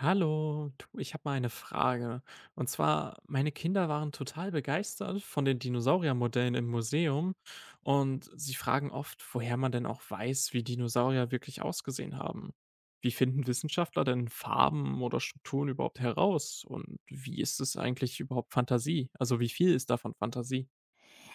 Hallo, du, ich habe mal eine Frage. Und zwar, meine Kinder waren total begeistert von den Dinosauriermodellen im Museum und sie fragen oft, woher man denn auch weiß, wie Dinosaurier wirklich ausgesehen haben. Wie finden Wissenschaftler denn Farben oder Strukturen überhaupt heraus? Und wie ist es eigentlich überhaupt Fantasie? Also wie viel ist davon Fantasie?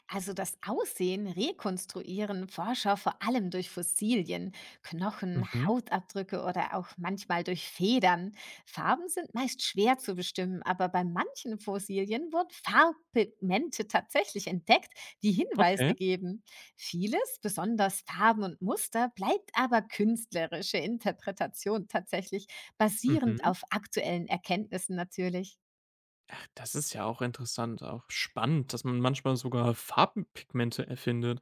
Also das Aussehen rekonstruieren Forscher vor allem durch Fossilien, Knochen, Mhm, Hautabdrücke oder auch manchmal durch Federn. Farben sind meist schwer zu bestimmen, aber bei manchen Fossilien wurden Farbpigmente tatsächlich entdeckt, die Hinweise okay. geben. Vieles, besonders Farben und Muster, bleibt aber künstlerische Interpretation tatsächlich, basierend Mhm. auf aktuellen Erkenntnissen natürlich. Das ist ja auch interessant, auch spannend, dass man manchmal sogar Farbpigmente erfindet.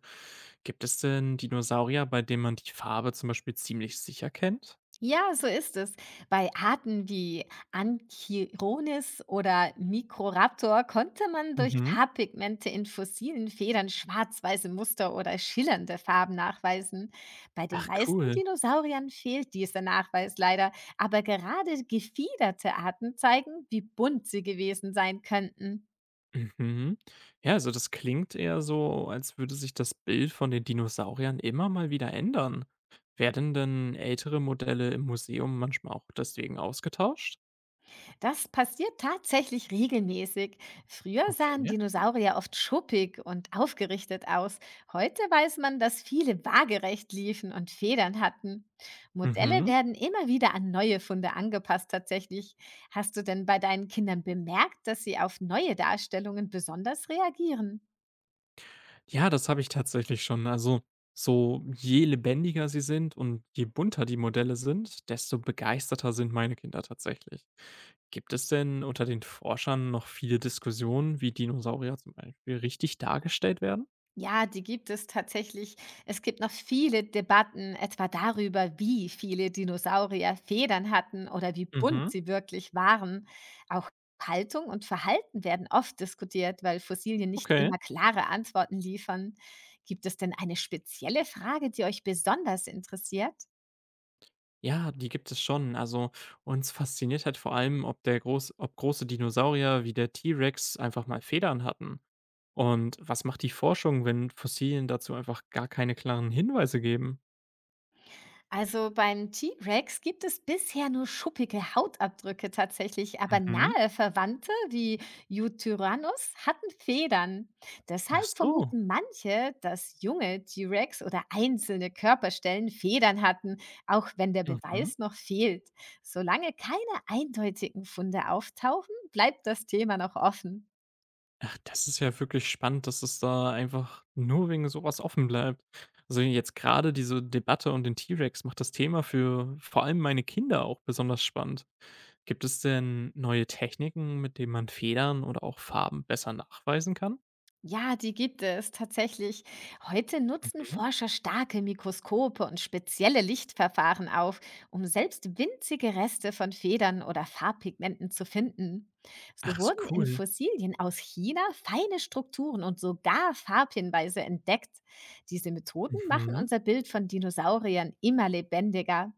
Gibt es denn Dinosaurier, bei denen man die Farbe zum Beispiel ziemlich sicher kennt? Ja, so ist es. Bei Arten wie Anchironis oder Microraptor konnte man durch Mhm. Farbpigmente in fossilen Federn schwarz-weiße Muster oder schillernde Farben nachweisen. Bei den Ach meisten cool. Dinosauriern fehlt dieser Nachweis leider, aber gerade gefiederte Arten zeigen, wie bunt sie gewesen sein könnten. Mhm. Ja, also das klingt eher so, als würde sich das Bild von den Dinosauriern immer mal wieder ändern. Werden denn ältere Modelle im Museum manchmal auch deswegen ausgetauscht? Das passiert tatsächlich regelmäßig. Früher sahen Okay. Dinosaurier oft schuppig und aufgerichtet aus. Heute weiß man, dass viele waagerecht liefen und Federn hatten. Modelle Mhm. werden immer wieder an neue Funde angepasst tatsächlich. Hast du denn bei deinen Kindern bemerkt, dass sie auf neue Darstellungen besonders reagieren? Ja, das habe ich tatsächlich schon. Also, so je lebendiger sie sind und je bunter die Modelle sind, desto begeisterter sind meine Kinder tatsächlich. Gibt es denn unter den Forschern noch viele Diskussionen, wie Dinosaurier zum Beispiel richtig dargestellt werden? Ja, die gibt es tatsächlich. Es gibt noch viele Debatten, etwa darüber, wie viele Dinosaurier Federn hatten oder wie bunt Mhm, sie wirklich waren. Auch Haltung und Verhalten werden oft diskutiert, weil Fossilien nicht okay. immer klare Antworten liefern. Gibt es denn eine spezielle Frage, die euch besonders interessiert? Ja, die gibt es schon. Also uns fasziniert halt vor allem, ob große Dinosaurier wie der T-Rex einfach mal Federn hatten. Und was macht die Forschung, wenn Fossilien dazu einfach gar keine klaren Hinweise geben? Also beim T-Rex gibt es bisher nur schuppige Hautabdrücke tatsächlich, aber Mhm. nahe Verwandte wie Eutyranus hatten Federn. Ach Deshalb so. vermuten manche, dass junge T-Rex oder einzelne Körperstellen Federn hatten, auch wenn der Mhm. Beweis noch fehlt. Solange keine eindeutigen Funde auftauchen, bleibt das Thema noch offen. Ach, das ist ja wirklich spannend, dass es da einfach nur wegen sowas offen bleibt. Also, jetzt gerade diese Debatte und den T-Rex macht das Thema für vor allem meine Kinder auch besonders spannend. Gibt es denn neue Techniken, mit denen man Federn oder auch Farben besser nachweisen kann? Ja, die gibt es tatsächlich. Heute nutzen Mhm. Forscher starke Mikroskope und spezielle Lichtverfahren auf, um selbst winzige Reste von Federn oder Farbpigmenten zu finden. Ach, So ist wurden in cool. Fossilien aus China feine Strukturen und sogar Farbhinweise entdeckt. Diese Methoden machen Mhm. unser Bild von Dinosauriern immer lebendiger.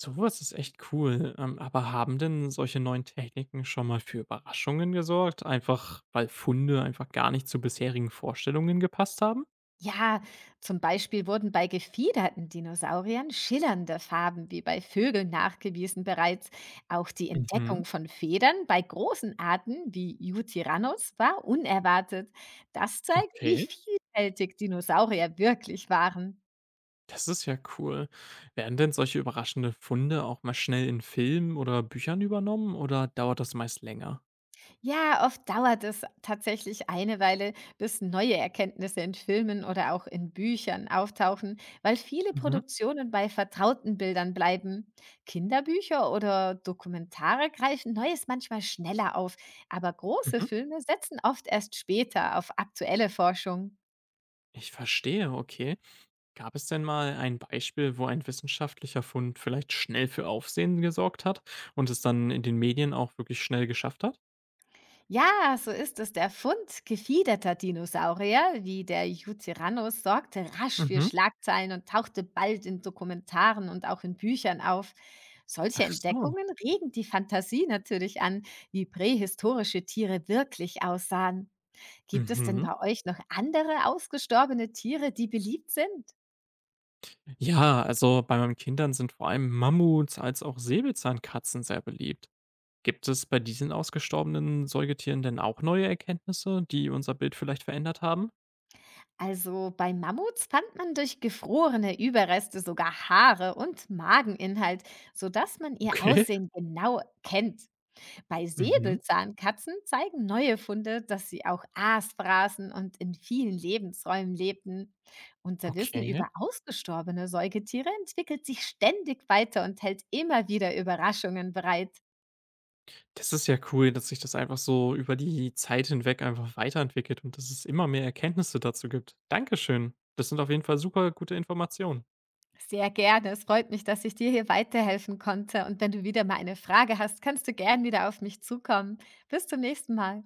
So was ist echt cool. Aber haben denn solche neuen Techniken schon mal für Überraschungen gesorgt? Einfach, weil Funde einfach gar nicht zu bisherigen Vorstellungen gepasst haben? Ja, zum Beispiel wurden bei gefiederten Dinosauriern schillernde Farben wie bei Vögeln nachgewiesen bereits. Auch die Mhm, Entdeckung von Federn bei großen Arten wie Eutyranus war unerwartet. Das zeigt, wie okay, vielfältig Dinosaurier wirklich waren. das ist ja cool. Werden denn solche überraschende Funde auch mal schnell in Filmen oder Büchern übernommen oder dauert das meist länger? Ja, oft dauert es tatsächlich eine Weile, bis neue Erkenntnisse in Filmen oder auch in Büchern auftauchen, weil viele Mhm, Produktionen bei vertrauten Bildern bleiben. Kinderbücher oder Dokumentare greifen Neues manchmal schneller auf, aber große mhm. Filme setzen oft erst später auf aktuelle Forschung. Ich verstehe, okay. Gab es denn mal ein Beispiel, wo ein wissenschaftlicher Fund vielleicht schnell für Aufsehen gesorgt hat und es dann in den Medien auch wirklich schnell geschafft hat? Ja, so ist es. Der Fund gefiederter Dinosaurier wie der Jucyrannus sorgte rasch für Mhm. Schlagzeilen und tauchte bald in Dokumentaren und auch in Büchern auf. Solche Ach so. Entdeckungen regen die Fantasie natürlich an, wie prähistorische Tiere wirklich aussahen. Gibt es denn Mhm. bei euch noch andere ausgestorbene Tiere, die beliebt sind? Ja, also bei meinen Kindern sind vor allem Mammuts als auch Säbelzahnkatzen sehr beliebt. Gibt es bei diesen ausgestorbenen Säugetieren denn auch neue Erkenntnisse, die unser Bild vielleicht verändert haben? Also bei Mammuts fand man durch gefrorene Überreste sogar Haare und Mageninhalt, sodass man ihr Okay. Aussehen genau kennt. Bei Mhm. Säbelzahnkatzen zeigen neue Funde, dass sie auch Aas fraßen und in vielen Lebensräumen lebten. Unser Wissen Okay. über ausgestorbene Säugetiere entwickelt sich ständig weiter und hält immer wieder Überraschungen bereit. Das ist ja cool, dass sich das einfach so über die Zeit hinweg einfach weiterentwickelt und dass es immer mehr Erkenntnisse dazu gibt. Dankeschön. Das sind auf jeden Fall super gute Informationen. Sehr gerne. Es freut mich, dass ich dir hier weiterhelfen konnte. Und wenn du wieder mal eine Frage hast, kannst du gern wieder auf mich zukommen. Bis zum nächsten Mal.